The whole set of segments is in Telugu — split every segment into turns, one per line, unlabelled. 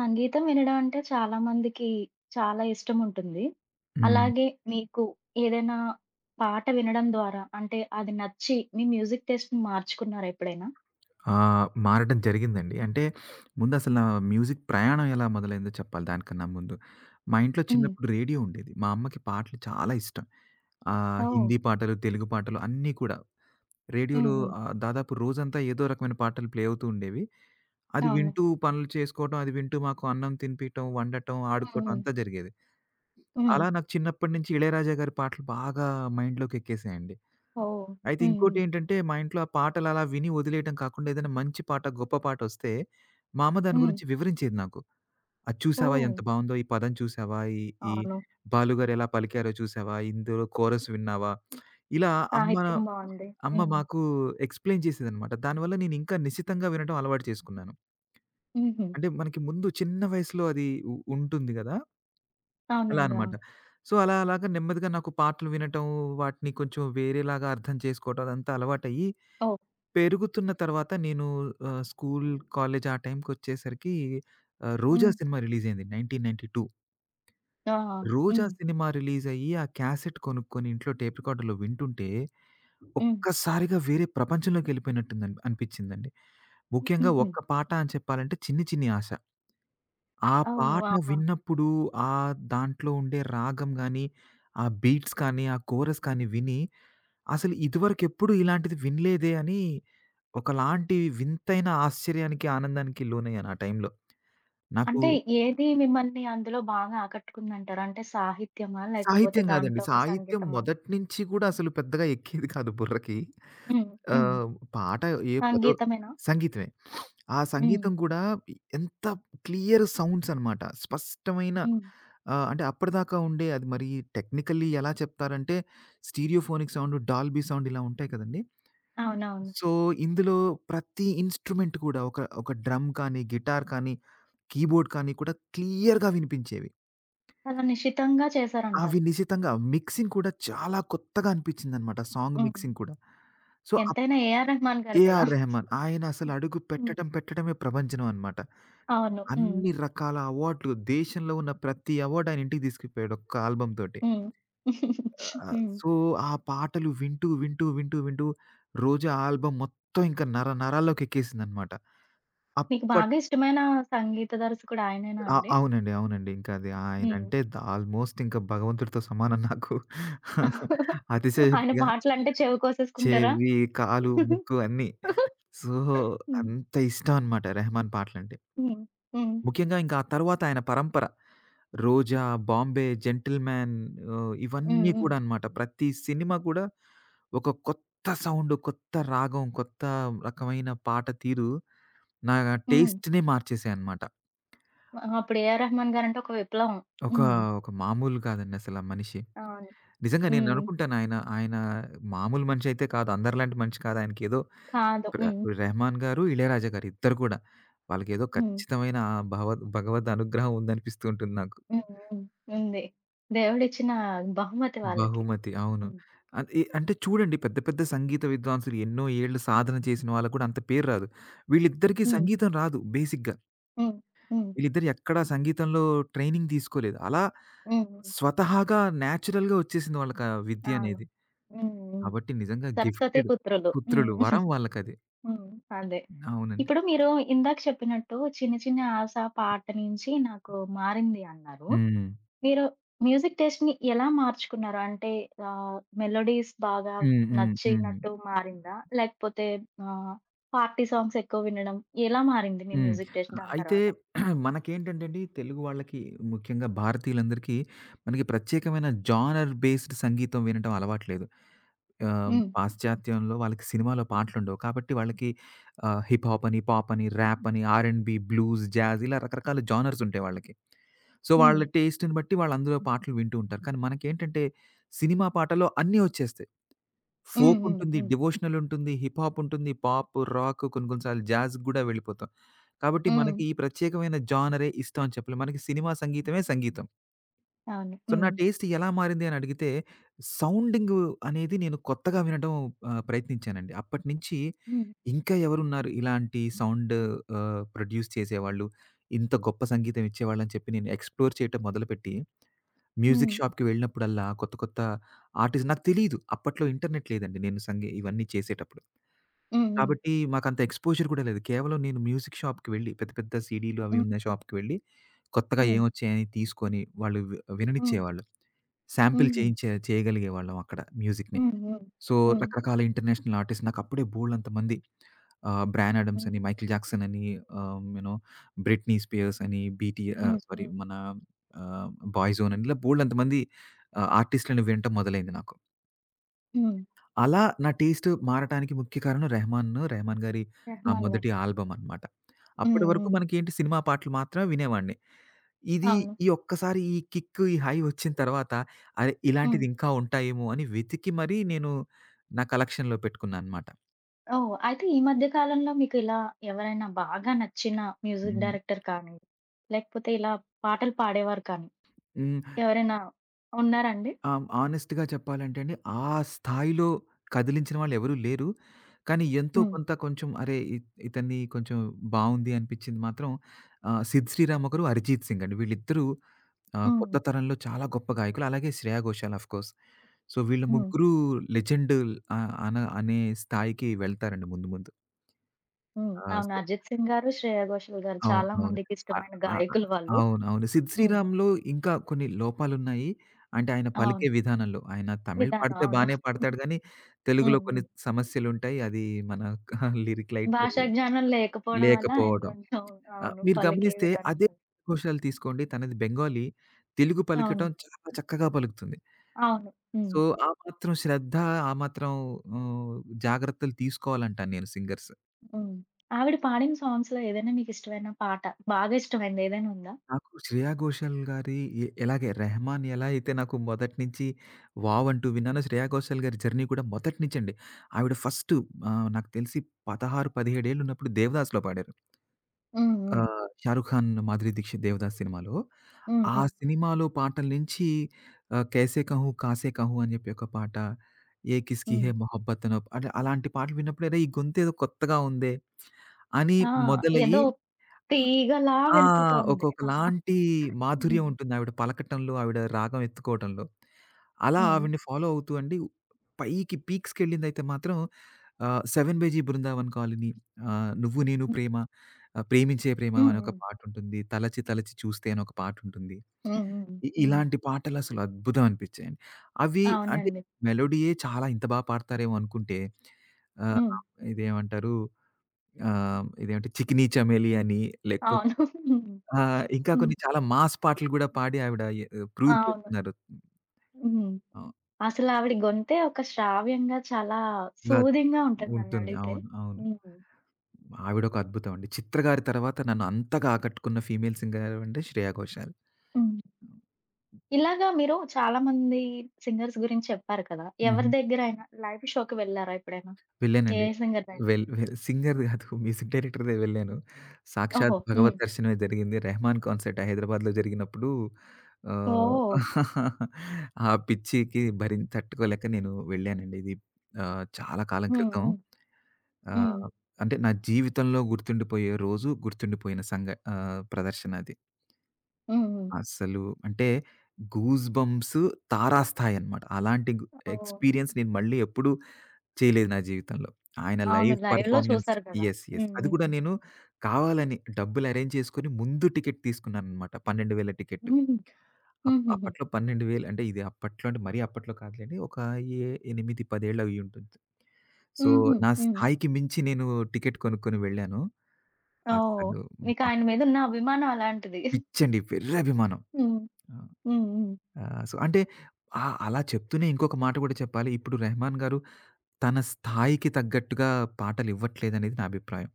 సంగీతం వినడం అంటే చాలా మందికి చాలా ఇష్టం ఉంటుంది.
హ్మ్.
అలాగే మీకు ఏదైనా పాట వినడం ద్వారా అంటే అది నచ్చి మీ మ్యూజిక్ టేస్ట్‌ని మార్చుకున్నారా ఎప్పుడైనా?
మారడం జరిగిందండి. అంటే ముందసల నా మ్యూజిక్ ప్రయాణం ఎలా మొదలైందో చెప్పాలి దానికన్నా ముందు. మా ఇంట్లో
హ్మ్.
చిన్నప్పుడు రేడియో ఉండేది. మా అమ్మకి పాటలు చాలా ఇష్టం.
ఓహ్!
హిందీ పాటలు, తెలుగు పాటలు అన్నీ కూడా.
హ్మ్.
రేడియోలో
హ్మ్.
దాదాపు రోజంతా ఏదో రకమైన పాటలు ప్లే అవుతూ ఉండేవి. అది
అవును.
వింటూ పనులు చేసుకోవటం, అది వింటూ మాకు అన్నం తినిపియటం, వండటం,
హ్మ్.
ఆడుకోవటం
హ్మ్.
అంతా జరిగేది.
హ్మ్.
అలా నాకు చిన్నప్పటి నుంచి ఇళయరాజా గారి పాటలు బాగా మైండ్‌లోకెక్కేసాయండి.
ఓహ్!
అయితే
హ్మ్. హ్మ్.
ఇంకోటేంటంటే, మా ఇంట్లో ఆ పాటలలా విని వదిలేయటం కాకుండా, ఏదైనా మంచి పాట, గొప్ప పాటొస్తే, మా అమ్మ దాని
హ్మ్.
గురించి వివరించేది నాకు. "అది చూసావా
ఓహ్!
ఎంత బావుందో? ఈ పదం చూసావా? ఈ ఈ
అవును.
బాలుగారు ఎలా పలికారో చూసావా? ఇందులో కోరస్ విన్నావా?" ఇలా అమ్మ,
సాహిత్యం బావుంది.
అమ్మ
హ్మ్.
మాకు ఎక్స్‌ప్లెయిన్ చేసేదనమాట. దానివల్ల నేనింకా నిశితంగా వినడం అలవాటు చేసుకున్నాను.
హుహు.
అంటే మనకి ముందు చిన్న వయసులో అది ఉంటుంది గదా! అలా
అవునండి.
అనమాట.
అవును.
సో, అలా అలాగా నెమ్మదిగా నాకు పాటలు వినటం, వాటిని కొంచెం వేరేలాగా అర్థం చేసుకోవటం అదంతా అలవాటయ్యి
ఓహ్!
పెరుగుతున్న తర్వాత నేను స్కూల్, కాలేజ్ ఆ టైంకొచ్చేసరికి 'రోజా'
హ్మ్.
సినిమా రిలీజయింది 1992.
ఆ!
'రోజా'
హ్మ్.
సినిమా రిలీజయ్యి ఆ క్యాసెట్ కొనుక్కొని ఇంట్లో టేప్ రికార్డర్‌లో వింటుంటే
హ్మ్.
ఒక్కసారిగా వేరే ప్రపంచంలోకెళ్ళిపోయినట్టుందన్ అనిపిచ్చిందండి. ముఖ్యంగా
హుహు.
ఒక్క పాట అని చెప్పాలంటే 'చిన్ని చిన్ని ఆశ.' ఆ
ఓహ్!
పాట
ఆ!
విన్నప్పుడు దాంట్లో ఉండే రాగం గానీ, ఆ బీట్స్ కానీ, ఆ కోరస్ కానీ విని అసలు ఇదివరకెప్పుడు ఇలాంటిది వినలేదే అని ఒకలాంటి వింతైన ఆశ్చర్యానికి, ఆనందానికి లోనయ్యాను ఆ టైంలో. నాకు
అంటే ఏది మిమ్మల్ని అందులో బాగా ఆకట్టుకుందంటారు? అంటే సాహిత్యమా? లేకపోతే
సాహిత్యం గాదండి.
దాంట్లో ఉన్న
సాహిత్యం
సంగీతమా?
మొదట్నించి గూడా అసలు పెద్దగా ఎక్కేది కాదు బుర్రకి.
హ్మ్. హ్మ్.
ఆహ్, పాట ఏ పదో
సంగీతమేనా?
సంగీతమే. ఆ
హ్మ్.
సంగీతం గూడా ఎంత క్లియర్ సౌండ్స్ అనమాట. స్పష్టమైన
హ్మ్.
అంటే అప్పటిదాకా ఉండే అది మరి టెక్నికల్లీ ఎలా చెప్తారంటే స్టీరియోఫోనిక్ సౌండ్, డాల్బీ సౌండ్ ఇలా ఉంటాయి కదండీ.
అవునవును.
సో, ఇందులో ప్రతి ఇన్‌స్ట్రుమెంట్ కూడా ఒక ఒక డ్రమ్ కానీ, గిటార్ కానీ కీబోర్డ్ కానీ కూడా క్లియర్‌గా వినిపించేవి.
చాలా నిశితంగా
అవి
చేశారంటారు.
నిశితంగా మిక్సింగ్ కూడా చాలా కొత్తగా అనిపించిందనమాట. సాంగ్
హ్మ్.
మిక్సింగ్ కూడా. సో,
ఎంతైనా ఏఆర్ రెహమాన్ గారు కదా!
ఏఆర్ రెహమాన్ ఆయన అసలు అడుగు
హ్మ్.
పెట్టడం పెట్టడమే ప్రపంచం అనమాట.
అవును. హ్మ్.
అన్ని రకాల అవార్డులు దేశంలో ఉన్న ప్రతి అవార్డ్ ఆయన ఇంటికి తీసుకుపోయాడు ఒక్క ఆల్బమ్ తోటి.
హ్మ్. హ్మ్.
సో, ఆ పాటలు వింటూ, వింటూ, వింటూ, వింటూ రోజా ఆల్బమ్ మొత్తం ఇంకా నర నరాల్లోకి ఎక్కేసిందనమాట.
మీకు
అప్పటి
బాగా ఇష్టమైన సంగీత దర్శకుడు ఆయనేనా
ఆ!
అండి?
అవునండి. అవునండి. ఇంకా అది
హ్మ్.
ఆయనంటే ఆల్‌మోస్ట్ ఇంకా భగవంతుడితో సమానం నాకు.
ఆయన
అతిశయోక్తిగా
పాటలంటే చెవి కోసేసుకుంటారా?
చెవి, కాలు, ముక్కు అన్నీ. సో,
హ్మ్.
అంత ఇష్టం అనమాట రెహమాన్ పాటలంటే.
హ్మ్. హ్మ్.
ముఖ్యంగా ఇంకా ఆ తర్వాత ఆయన పరంపర 'రోజా', 'బాంబే', 'జెంటిల్‌మ్యాన్'
హ్మ్.
ఇవన్నీ
హ్మ్.
కూడా అనమాట. ప్రతి సినిమా కూడా ఒక కొత్త సౌండ్, కొత్త రాగం, కొత్త రకమైన పాట తీరు నా
హ్మ్.
టేస్ట్‌నే మార్చేసాయన్నమాట.
ఆ! అప్పుడు ఏఆర్ రెహమాన్ గారంటే ఒక విప్లవం.
ఒక
హ్మ్.
ఒక మామూలు కాదండి అసల మనిషి.
అవును.
నిజంగా
హ్మ్.
నేననుకుంటాను ఆయన, ఆయన మామూలు మనిషైతే కాదు. అందరిలాంటి మనిషి కాదు. ఆయనకేదో
కాదు.
ప్ర
హ్మ్.
'రెహమాన్' గారు, 'ఇళయరాజా' గారు ఇద్దరు కూడా. వాళ్ళకేదో
హ్మ్.
ఖచ్చితమైన ఆ భగవద్ అనుగ్రహం ఉందనిపిస్తూ ఉంటుంది నాకు.
హ్మ్. హ్మ్. ఉంది. దేవుడిచ్చిన బహుమతి వాళ్ళకి.
'బహుమతి' అవును.
హ్మ్.
అద్ ఎ అంటే చూడండి పెద్ద పెద్ద సంగీత విద్వాంసులు ఎన్నో ఏళ్ళు సాధన చేసిన వాళ్ళకి కూడా అంత పేరు రాదు. వీళ్ళిద్దరికీ
హ్మ్.
సంగీతం రాదు బేసిక్‌గా.
హ్మ్. హ్మ్.
వీళ్ళిద్దరు ఎక్కడా సంగీతంలో ట్రైనింగ్ తీసుకోలేదు. అలా
హ్మ్. హ్మ్.
స్వతహాగా న్యాచురల్‌గా వచ్చేసింది వాళ్ళకి ఆ విద్య
అవును.
అనేది.
హ్మ్. హ్మ్.
కాబట్టి నిజంగా
సరస్వతి
గిఫ్టెడ్
పుత్రులు.
పుత్రులు. వరం
హ్మ్.
వాళ్ళకది.
హ్మ్. అదే.
అవునండి.
ఇప్పుడు మీరు ఇందాక చెప్పినట్టు చిన్న చిన్న ఆశ పాట నుంచి నాకు మారింది అన్నారు.
హ్మ్.
మీరు మ్యూజిక్ టేస్ట్‌ని ఎలా మార్చుకున్నారు? అంటే మెలోడీస్ బాగా
హ్మ్. హ్మ్. హ్మ్.
నచ్చినట్టు మారిందా? లేకపోతే ఆహ్, పార్టీ సాంగ్స్ ఎక్కువ వినడం ఎలా మారింది మీ
హ్మ్.
మ్యూజిక్ టేస్ట్ దాని
అయితే
తర్వాత?
మనకేంటంటే అండి తెలుగు వాళ్ళకి ముఖ్యంగా భారతీయులందరికీ మనకి ప్రత్యేకమైన జానర్ బేస్డ్ సంగీతం వినటం అలవాట్లేదు.
హ్మ్.
పాశ్చాత్యంలో వాళ్ళకి సినిమాలో పాటలుండవు. కాబట్టి వాళ్ళకి హిప్ హాప్ అని, పాప్ అని, ర్యాప్ అని, R and B, blues, jazz ఇలా రకరకాల జానర్స్ ఉంటాయి వాళ్ళకి. సో,
హ్మ్.
వాళ్ళ టేస్ట్‌ని బట్టి వాళ్ళు అందులో పాటలు వింటూ ఉంటారు. కానీ మనకేంటంటే సినిమా పాటలో అన్నీ వచ్చేస్తాయి.
హ్మ్.
ఫోక్
హ్మ్.
ఉంటుంది,
హ్మ్.
డివోషనల్ ఉంటుంది, హిప్ హాప్ ఉంటుంది, పాప్, రాక్ కొన్ని కొన్ని సార్లు జాజ్‌కి గూడా వెళ్ళిపోతాం. కాబట్టి
హ్మ్.
మనకి ఈ ప్రత్యేకమైన జానరే ఇష్టం అని చెప్పలేం. మనకి సినిమా సంగీతమే సంగీతం.
అవును.
సో, నా
హ్మ్.
టేస్ట్ ఎలా మారింది అని అడిగితే సౌండింగ్ అనేది నేను కొత్తగా వినడం ప్రయత్నించానండి. అప్పటినుంచి
హ్మ్.
ఇంకా ఎవరున్నారు ఇలాంటి సౌండ్ ప్రొడ్యూస్ చేసేవాళ్ళు, ఇంత గొప్ప సంగీతం ఇచ్చేవాళ్ళని చెప్పి నేను ఎక్స్‌ప్లోర్ చేయటం మొదలుపెట్టి
హ్మ్.
మ్యూజిక్ షాప్‌కి వెళ్ళినప్పుడల్లా కొత్త కొత్త ఆర్టిస్ట్ నాకు తెలీదు. అప్పట్లో ఇంటర్నెట్ లేదండి. నేను ఇవన్నీ చేసేటప్పుడు.
హ్మ్. హ్మ్.
కాబట్టి మాకంత ఎక్స్‌పోజర్ కూడా లేదు. కేవలం నేను మ్యూజిక్ షాప్‌కి వెళ్ళి పెద్ద పెద్ద సీడీలు అవి
హ్మ్.
ఉన్న షాప్‌కి వెళ్ళి కొత్తగా
హ్మ్.
ఏమొచ్చాయని తీసుకొని వాళ్ళు
హ్మ్.
విననిచ్చేవాళ్ళు. శాంపిల్
హుహు.
చేయగలిగేవాళ్ళం అక్కడ మ్యూజిక్‌ని.
హ్మ్.
సో,
హ్మ్.
రకరకాల ఇంటర్నేషనల్ ఆర్టిస్ట్ నాకప్పుడే బోలెడంతమంది బ్రాన్ ఆడమ్స్
హ్మ్.
అని, మైకిల్ జాక్సన్ అని, ఆహ్, యూ నో బ్రిట్నీ స్పియర్స్ అని,
హ్మ్. హ్మ్.
సారీ
హ్మ్.
మన ఆహ్, బాయ్‌జోన్ అని ఇలా బోలెడంతమంది ఆర్టిస్ట్‌లని వినటం మొదలైంది నాకు.
హ్మ్.
అలా నా టేస్ట్ మారటానికి ముఖ్య కారణం రెహమాన్. రెహమాన్ గారి ఆ
రెహమాన్ గారు.
మొదటి ఆల్బమ్ అన్నమాట.
హ్మ్.
అప్పటి వరకు
హ్మ్.
మనకేంటి సినిమా పాటలు మాత్రమే వినేవాడిని. ఇది
అవును.
ఈ ఒక్కసారి ఈ కిక్, ఈ హై వచ్చిన తర్వాత అరె!
హ్మ్.
ఇలాంటిది ఇంకా ఉంటాయేమో అని వెతికి మరీ నేను నా కలెక్షన్‌లో పెట్టుకున్నానన్నమాట.
ఓహ్! అయితే ఈ మధ్య కాలంలో మీకిలా ఎవరైనా బాగా నచ్చిన మ్యూజిక్
హ్మ్.
డైరెక్టర్ కానీ, లేకపోతే ఇలా పాటలు పాడేవారు కానీ
హ్మ్.
ఎవరైనా ఉన్నారండి?
హానెస్ట్‌గా చెప్పాలంటే అండి, ఆ స్థాయిలో కదిలించిన వాళ్ళెవరూ లేరు. కానీ ఎంతో
హ్మ్.
కొంత కొంచెం అరే! ఇతనిది కొంచెం బావుంది అనిపించింది మాత్రం సిద్ శ్రీరామ్ ఒకరు, అరిజిత్ సింగ్ అండి. వీళ్ళిద్దరూ ఆ!
హ్మ్.
కొత్త తరంలో చాలా గొప్ప గాయకులు. అలాగే Shreya Ghoshal of course. So, వీళ్ళ
హ్మ్.
ముగ్గురు లెజెండ్ ఆహ్, అన అనే స్థాయికి వెళ్తారండి ముందు ముందు.
హ్మ్.
ఆహ్, స్
అవును. 'అరిజిత్ సింగ్' గారు, 'శ్రేయ ఘోషల్' గారు
అవును.
చాలా
అవును.
మందికి
ఆహ్,
ఇష్టమైన
ఆహ్,
గాయకులు వాళ్ళు.
అవును. అవును. 'సిద్
హ్మ్.
శ్రీరామ్‌లో' ఇంకా కొన్ని లోపాలున్నాయి. అంటే ఆయన
అవును.
పలికే విధానంలో. ఆయన తమిళ్
విధానం.
పాడితే
అవును.
బానే పాడతాడు గానీ, తెలుగులో
హ్మ్.
కొన్ని
హ్మ్.
సమస్యలుంటాయి. అది మన లిరిక్ రైటర్
భాషా జ్ఞానం లేకపోవడం వల్ల ఆయన
లేకపోవడం.
కొంచెం అవును.
మీరు
పలికే
గమనిస్తే
విధానం
అదే
కొంచెం
ఘోషాల్ తీసుకోండి. తనది బెంగాలీ. తెలుగు
అవును.
పలకటం చాలా చక్కగా పలుకుతుంది.
అవును. హ్మ్.
సో, ఆ మాత్రం శ్రద్ధ, ఆ మాత్రం హ్మ్, జాగ్రత్తలు తీసుకోవాలంటాను నేను సింగర్స్.
హ్మ్. ఆవిడ పాడిన సాంగ్స్‌లో ఏదైనా మీకిష్టమైన పాట బాగా ఇష్టమైంది ఏదైనా ఉందా?
నాకు 'శ్రేయ ఘోషల్' గారి ఎలాగే 'రెహమాన్' ఎలా అయితే నాకు మొదటి నుంచి వావ్ అంటూ విన్నానో 'శ్రేయ ఘోషల్' గారి జర్నీ కూడా మొదటి నుంచండి. ఆవిడ ఫస్ట్ నాకు తెలిసి 16, 17 ఏళ్లున్నప్పుడు 'దేవదాస్‌లో' పాడారు.
హ్మ్.
ఆ!
హ్మ్.
'షారుఖ్ ఖాన్' 'మాధురి దీక్షిత్' 'దేవదాస్' సినిమాలో.
హ్మ్.
ఆ
హ్మ్.
సినిమాలో పాటల నుంచి 'కైసే కహూ కాసే కహూ' అని చెప్పి ఒక పాట, 'ఏ కిస్‌కీ
హ్మ్.
హై మొహబ్బత్' అనో అంటే అలాంటి పాటలు విన్నప్పుడు అరే! ఈ గొంతేదో కొత్తగా ఉందే అని
ఆ!
మొదలయ్యి
ఏదో తీగలా
ఆ!
వెళ్ళిపోతోంది. ఆ!
ఒక్కొక్కలాంటి మాధుర్యం
హ్మ్.
ఉంటుంది ఆవిడ పలకటంలో, ఆవిడ రాగం ఎత్తుకోవటంలో. అలా
హ్మ్.
ఆవిడని ఫాలో అవుతూ అండి పైకి పీక్స్‌కెళ్ళిందైతే మాత్రం 'seven by G Brindavan colony', 'Nuvvu Nenu
హ్మ్.
ప్రేమ', 'ప్రేమించే ప్రేమ'
హ్మ్.
అని ఒక
హ్మ్.
పాటుంటుంది. 'తలచి తలచి చూస్తే' అని ఒక పాటుంటుంది.
హ్మ్. హ్మ్. హ్మ్.
ఇలాంటి పాటలసలు అద్భుతం అనిపిచ్చాయండి. అవి అంటే
అవునండి.
మెలోడీయే చాలా ఇంత పాడతారేమో అనుకుంటే ఆహ్,
హ్మ్.
ఇదేమంటారు ఇదేంటి 'చికినీ చమేలి' అని లేకపోతే
అవును. హ్మ్.
ఆ! ఇంకా
హ్మ్.
కొన్ని చాలా మాస్ పాటలు గూడా పాడి ఆవిడ ప్రూవ్
అవును.
చేస్తున్నారు.
హ్మ్.
అవును.
అసలావిడ గొంతే ఒక శ్రావ్యంగా చాలా
ఇలా
సూదింగ్‌గా ఉంటుంది
ఉంటుంది.
నన్నడిగితే.
అవును. అవును.
హ్మ్.
ఆవిడొక అద్భుతం అండి. 'చిత్ర' గారి తర్వాత నన్ను అంతగా ఆకట్టుకున్న ఫీమేల్ సింగర్ ఎవరంటే 'శ్రేయ ఘోషాల్.'
హ్మ్. ఇలాగా మీరు చాలా మంది సింగర్స్ గురించి చెప్పారు కదా!
హుహు.
ఎవరి దగ్గరైనా లైవ్ షోకి వెళ్లారా ఎప్పుడైనా? ఏ
వెళ్ళానండి.
సింగర్‌దైనా?
వెల్ వెల్ సింగర్ కాదు మ్యూజిక్ డైరెక్టర్‌దే వెళ్ళాను. సాక్షాత్
ఓహో! హ్మ్.
భగవత్ దర్శనమే జరిగింది. 'రెహమాన్' కాన్సర్ట్ హైదరాబాద్‌లో జరిగినప్పుడు
ఓహ్!
ఆహ్, ఆ పిచ్చికి భరిం తట్టుకోలేక నేను వెళ్ళానండి. ఇది చాలా కాలం
హ్మ్.
క్రితం.
హ్మ్. హ్మ్.
ఆహ్, అంటే నా జీవితంలో గుర్తుండిపోయే రోజు, గుర్తుండిపోయిన ప్రదర్శన అది.
హ్మ్. హ్మ్.
అస్సలు అంటే గూస్ బంప్స్ తారాస్థాయి అన్నమాట. అలాంటి
ఓహ్!
ఎక్స్‌పీరియన్స్ నేను మళ్ళీ ఎప్పుడూ చేయలేదు నా జీవితంలో. ఆయన
అవును.
లైవ్
లైవ్‌లో
పెర్ఫార్మన్స్
చూసారు కదా!
యెస్. యెస్.
హ్మ్.
అది కూడా
హ్మ్.
నేను కావాలని డబ్బులు అరేంజ్ చేసుకొని ముందు టికెట్ తీసుకున్నానన్నమాట. 12,000 టికెట్.
హుహు.
అప్
హుహుహు.
అప్పట్లో 12,000 అంటే ఇది అప్పట్లో అంటే మరీ అప్పట్లో కాదులెండి. ఒక ఏ 8, 10 ఏళ్ళు అయ్యుంటుంది. సో,
హుహు.
నా
హ్మ్.
స్థాయికి మించి నేను టికెట్ కొనుక్కొని వెళ్ళాను.
ఓహ్!
అసలు మా
మీకాయన మీదున్న అభిమానం అలాంటిది.
పిచ్చండి వెర్రి అభిమానం.
హ్మ్.
ఆ!
హ్మ్. హ్మ్.
ఆ! సో, అంటే అలా చెప్తూనే ఇంకొక మాట గూడా చెప్పాలి. ఇప్పుడు రెహమాన్ గారు తన స్థాయికి తగ్గట్టుగా పాటలివ్వట్లేదనేది నా అభిప్రాయం.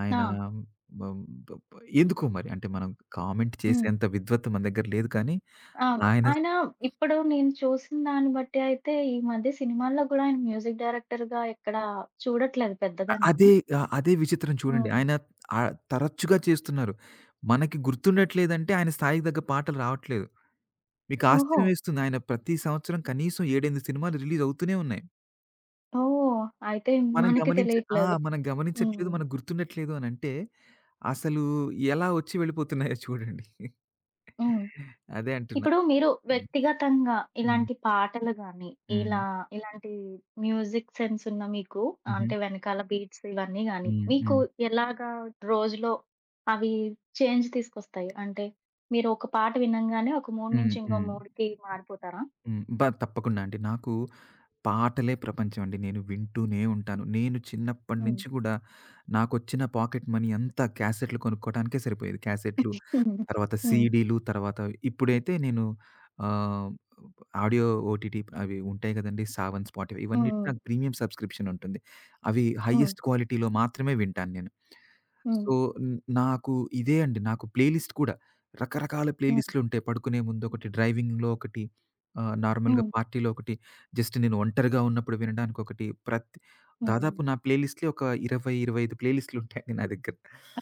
ఆయన
ఆ!
బ బ బ ఎందుకో మరి అంటే మనం కామెంట్
హ్మ్.
చేసేంత విద్వత్తు మన దగ్గర లేదు కానీ
అవును.
ఆయన
ఆయన ఇప్పుడు నేను చూసిన దాన్ని బట్టి అయితే ఈ మధ్య సినిమాల్లో గూడా ఆయన మ్యూజిక్ డైరెక్టర్‌గా ఎక్కడ చూడట్లేదు పెద్దగా నేను.
అదే అదే విచిత్రం చూడండి.
హ్మ్.
ఆయన తరచుగా చేస్తున్నారు. మనకి గుర్తుండట్లేదంటే ఆయన స్థాయికి తగ్గ పాటలు రావట్లేదు. మీకు
ఓహో!
ఆశ్చర్యం వేస్తుంది. ఆయన ప్రతి సంవత్సరం కనీసం 7, 8 సినిమాలు రిలీజ్ అవుతూనే ఉన్నాయి.
ఓహ్! అయితే
మనం
మనకి
గమనించ ఆ!
తెలియట్లేదు.
మనం గమనించట్లేదు.
హ్మ్.
మనకు గుర్తుండట్లేదు అనంటే అసలు ఎలా ఒచ్చి వెళ్ళిపోతున్నాయో చూడండి.
హ్మ్.
అదే అంటున్నా.
ఇప్పుడు మీరు
హ్మ్.
వ్యక్తిగతంగా
హ్మ్.
ఇలాంటి పాటలు గాని,
హ్మ్.
ఇలా ఇలాంటి మ్యూజిక్ సెన్స్ ఉన్న మీకు
హుహు.
అంటే వెనకాల బీట్స్ ఇవన్నీ గాని,
హ్మ్.
మీకు
హ్మ్.
ఎలాగా రోజులో అవి చేంజ్ తీసుకొస్తాయి? అంటే మీరు ఒక పాట వినంగానే ఒక మూడ్
హ్మ్.
నుంచి ఇంకో
హ్మ్.
మూడ్‌కి మారిపోతారా?
హ్మ్. తప్పకుండా అండి. నాకు పాటలే ప్రపంచం అండి. నేను వింటూనే ఉంటాను. నేను చిన్నప్పటి
హ్మ్.
నుంచి కూడా నాకొచ్చిన పాకెట్ మనీ అంతా క్యాసెట్‌లు కొనుక్కోవడానికే సరిపోయేది. క్యాసెట్‌లు
హ్మ్.
తర్వాత
హ్మ్.
సీడీలు, తర్వాత ఇప్పుడైతే నేను ఆహ్, ఆడియో ఓటీటీ అవి ఉంటాయి గదండీ! సావన్, స్పాటిఫై ఇవన్నిటికి
హ్మ్.
నాకు ప్రీమియం సబ్స్క్రిప్షన్ ఉంటుంది. అవి
హ్మ్.
హైయెస్ట్ క్వాలిటీలో మాత్రమే వింటాను నేను. సో, నాకు ఇదే అండి. నాకు ప్లేలిస్ట్ కూడా రకరకాల
హ్మ్.
ప్లేలిస్ట్‌లు ఉంటాయి. పడుకునే ముందు ఒకటి, డ్రైవింగ్‌లో ఒకటి, నార్మల్‌గా
హ్మ్.
పార్టీలో ఒకటి, జస్ట్ నేను ఒంటరిగా ఉన్నప్పుడు వినడానికి ఒకటి, ప్రతి
హ్మ్.
దాదాపు నా ప్లేలిస్ట్‌లే ఒక 20, 25 ప్లేలిస్ట్‌లు ఉంటాయండి నా దగ్గర.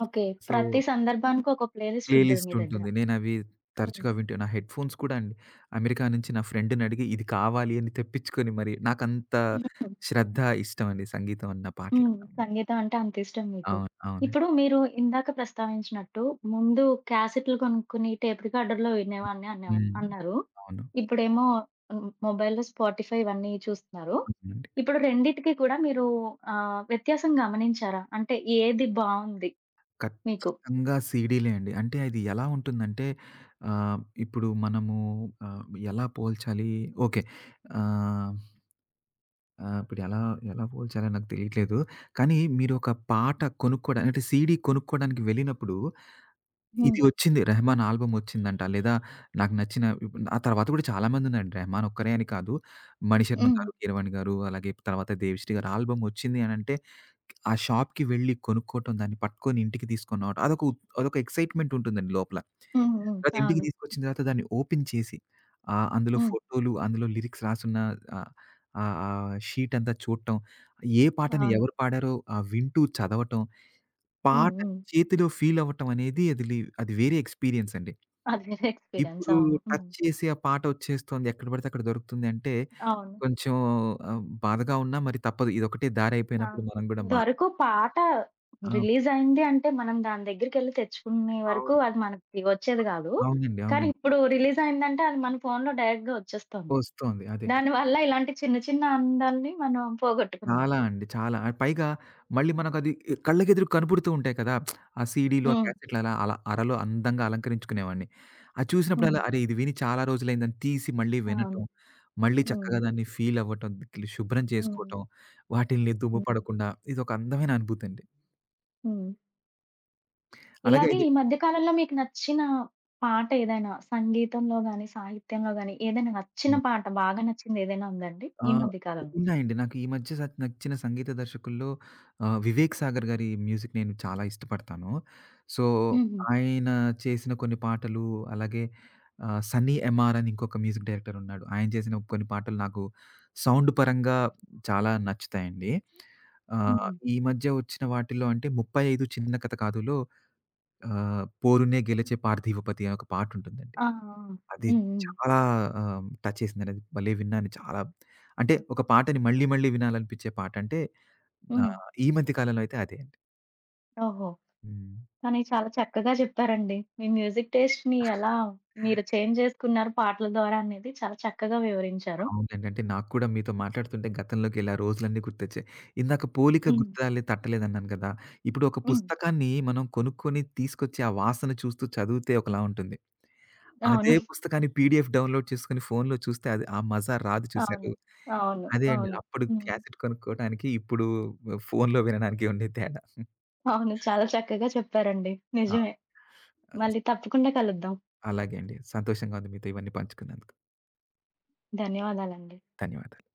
ఓకే.
సో
ప్రతి సందర్భానికి ఒక ప్లేలిస్ట్ ఉంటది
ప్లేలిస్ట్
మీ దగ్గర.
ఉంటుంది. నేనవి తరచుగా వింటూ నా హెడ్‌ఫోన్స్ కూడా అండి. అమెరికా నుంచి నా ఫ్రెండ్‌నడిగి ఇది కావాలి అని తెప్పించుకొని మరి నాకంత
హ్మ్.
శ్రద్ధ, ఇష్టమండి సంగీతం అన్న
హ్మ్.
పాటలన్నా.
సంగీతం అంటే అంత ఇష్టం మీకు.
అవును. అవునండి.
ఇప్పుడు మీరు ఇందాక ప్రస్తావించినట్టు ముందు క్యాసెట్లు కొనుక్కుని టేప్ రికార్డర్‌లో వినేవాడిని అనేవా
హ్మ్.
అన్నారు.
అవును.
ఇప్పుడేమో హ్మ్. మొబైల్‌లో స్పాటిఫై ఇవన్నీ చూస్తున్నారు.
అవునండి.
ఇప్పుడు రెండిటికి కూడా మీరు వ్యత్యాసం గమనించారా? అంటే ఏది బావుంది మీకు?
ఖచ్చితంగా సీడీలే అండి. అంటే అది ఎలా ఉంటుందంటే ఇప్పుడు మనము ఆహ్, ఎలా పోల్చాలి? ఓకే. ఆహ్, ఆహ్, ఇప్పుడు ఎలా ఎలా పోల్చాలో నాకు తెలియట్లేదు. కానీ మీరొక పాట కొనుక్కోవడానికి అంటే సీడీ కొనుక్కోవడానికి వెళ్ళినప్పుడు
హ్మ్.
ఇది వచ్చింది. 'రెహమాన్' ఆల్బమ్ వచ్చిందంట. లేదా నాకు నచ్చిన ఇప్పుడు ఆ తర్వాత కూడా చాలామందున్నారండి. 'రెహమాన్' ఒక్కరే అని కాదు. మణిశర్మ
హ్మ్.
గారు, కీరవాణి గారు అలాగే తర్వాత దేవిశ్రీ గారు ఆల్బమ్ వచ్చింది అనంటే ఆ షాప్‌కి వెళ్లి కొనుక్కోవటం, దాన్ని పట్టుకొని ఇంటికి తీసుకొని రావటం అదొక ఎక్సైట్‌మెంట్ ఉంటుందండి లోపల.
హ్మ్. హ్మ్.
తర్వాత ఇంటికి
అవును.
తీసుకొచ్చిన తర్వాత దాన్ని ఓపెన్ చేసి అందులో
హ్మ్.
ఫోటోలు, అందులో లిరిక్స్ రాసున్న ఆహ్, ఆహ్, ఆ షీట్ అంతా చూడటం, ఏ పాటని
అవును.
ఎవరు పాడారో వింటూ చదవటం,
హ్మ్.
పాట
హ్మ్.
చేతిలో ఫీల్ అవ్వటం అనేది అది వేరే ఎక్స్‌పీరియన్స్ అండి.
అదే ఎక్స్‌పీరియన్స్.
ఇప్పుడు
అవును.
టచ్
హ్మ్.
చేసి ఆ పాటొచ్చేస్తోంది. ఎక్కడ పడితే అక్కడ దొరుకుతుంది అంటే
అవును.
కొంచెం బాధగా ఉన్నా మరి తప్పదు. ఇదొకటే
ఆ!
దారైపోయినప్పుడు మనం గూడా మా
ఇంతవరకు పాట
ఆ!
రిలీజయింది అంటే, మనం దాని దగ్గరికెళ్లి తెచ్చుకునే వరకు
అవును.
అది మనకి వచ్చేది గాదు.
అవునండి.
కానీ
అవునండి.
ఇప్పుడు రిలీజయిందంటే, అది మన ఫోన్‌లో డైరెక్ట్‌గా వచ్చేస్తుంది.
వస్తోంది. అదే.
దానివల్ల ఇలాంటి చిన్న చిన్న అందాల్ని మనం పోగొట్టుకున్నాం.
చాలా అండి. చాలా. ఆ, పైగా మళ్ళీ మనకది కళ్ళకెదురుగా కనపడుతూ ఉంటాయి కదా! ఆ సీడీలు, ఆ
హ్మ్.
క్యాసెట్లు అలా అలా అరలో అందంగా అలంకరించుకునేవాడిని. అది
హ్మ్.
చూసినప్పుడల్లా అరే! ఇది విని చాలా రోజులైందని తీసి మళ్ళీ
అవును.
వినటం, మళ్ళీ
హ్మ్.
చక్కగా దాన్ని ఫీల్ అవ్వటం, శుభ్రం
హ్మ్.
చేసుకోవటం, వాటిల్ని దుమ్ము
హ్మ్.
పడకుండా ఇదొక అందమైన అనుభూతండి.
హ్మ్.
అలాగే
ఇలాగే
ఇది
ఈ మధ్య కాలంలో మీకు నచ్చిన పాట ఏదైనా సంగీతంలో గాని, సాహిత్యంలో గాని ఏదైనా నచ్చిన
హ్మ్.
పాట బాగా నచ్చిందేదైనా ఉందండి
ఆ!
ఈ మధ్య కాలంలో?
ఉన్నాయండి. నాకు ఈ మధ్య నచ్చిన సంగీత దర్శకుల్లో 'వివేక్ సాగర్' గారి మ్యూజిక్ నేను చాలా ఇష్టపడతాను. సో,
హుహు.
ఆయన చేసిన కొన్ని పాటలు అలాగే 'సన్నీ ఎంఆర్' అని ఇంకొక మ్యూజిక్ డైరెక్టర్ ఉన్నాడు. ఆయన చేసిన కొన్ని పాటలు నాకు సౌండ్ పరంగా చాలా నచ్చుతాయండి. ఆహ్,
హుహు.
ఈ మధ్య వచ్చిన వాటిలో అంటే 35 చిన్న కథ కాదులో 'పోరునే గెలిచే పార్థివపతి' అనే ఒక పాటుంటుందండి.
ఆ! ఆ!
అది
హ్మ్. హ్మ్.
చాలా టచ్ చేసిందండి. అది భలే విన్నాను చాలా. అంటే ఒక పాటని మళ్ళీ మళ్ళీ వినాలనిపించే పాట అంటే
హ్మ్.
ఈ మధ్య కాలంలో అయితే అదే అండి.
ఓహో!
హ్మ్.
కానీ చాలా చక్కగా చెప్పారండి. మీ మ్యూజిక్ టేస్ట్‌ని ఎలా మీరు చేంజ్ చేసుకున్నారు పాటల ద్వారా అనేది చాలా చక్కగా వివరించారు.
అవునండి. అంటే నాకు కూడా మీతో మాట్లాడుతుంటే గతంలోకి ఇలా రోజులన్నీ గుర్తొచ్చాయి. ఇందాక పోలిక
హ్మ్.
గుర్తురాలే తట్టలేదన్నాను కదా! ఇప్పుడు ఒక
హ్మ్.
పుస్తకాన్ని మనం కొనుక్కొని తీసుకొచ్చి ఆ వాసన చూస్తూ చదివితే ఒకలా ఉంటుంది. అదే
అవును.
పుస్తకాన్ని పీడీఎఫ్ డౌన్‌లోడ్ చేసుకొని ఫోన్‌లో చూస్తే అది ఆ మజా రాదు చూసారు.
అవును. అవును.
అదే అండి.
అవును.
అప్పుడు
హ్మ్.
క్యాసెట్ కొనుక్కోవడానికి, ఇప్పుడు ఫోన్‌లో వినడానికి ఉండే తేడా.
అవును. చాలా చక్కగా చెప్పారండి.
ఆ!
నిజమే. మళ్ళీ తప్పకుండా కలుద్దాం.
అలాగే అండి. సంతోషంగా ఉంది మీతో ఇవన్నీ పంచుకున్నందుకు.
ధన్యవాదాలండి.
ధన్యవాదాలు.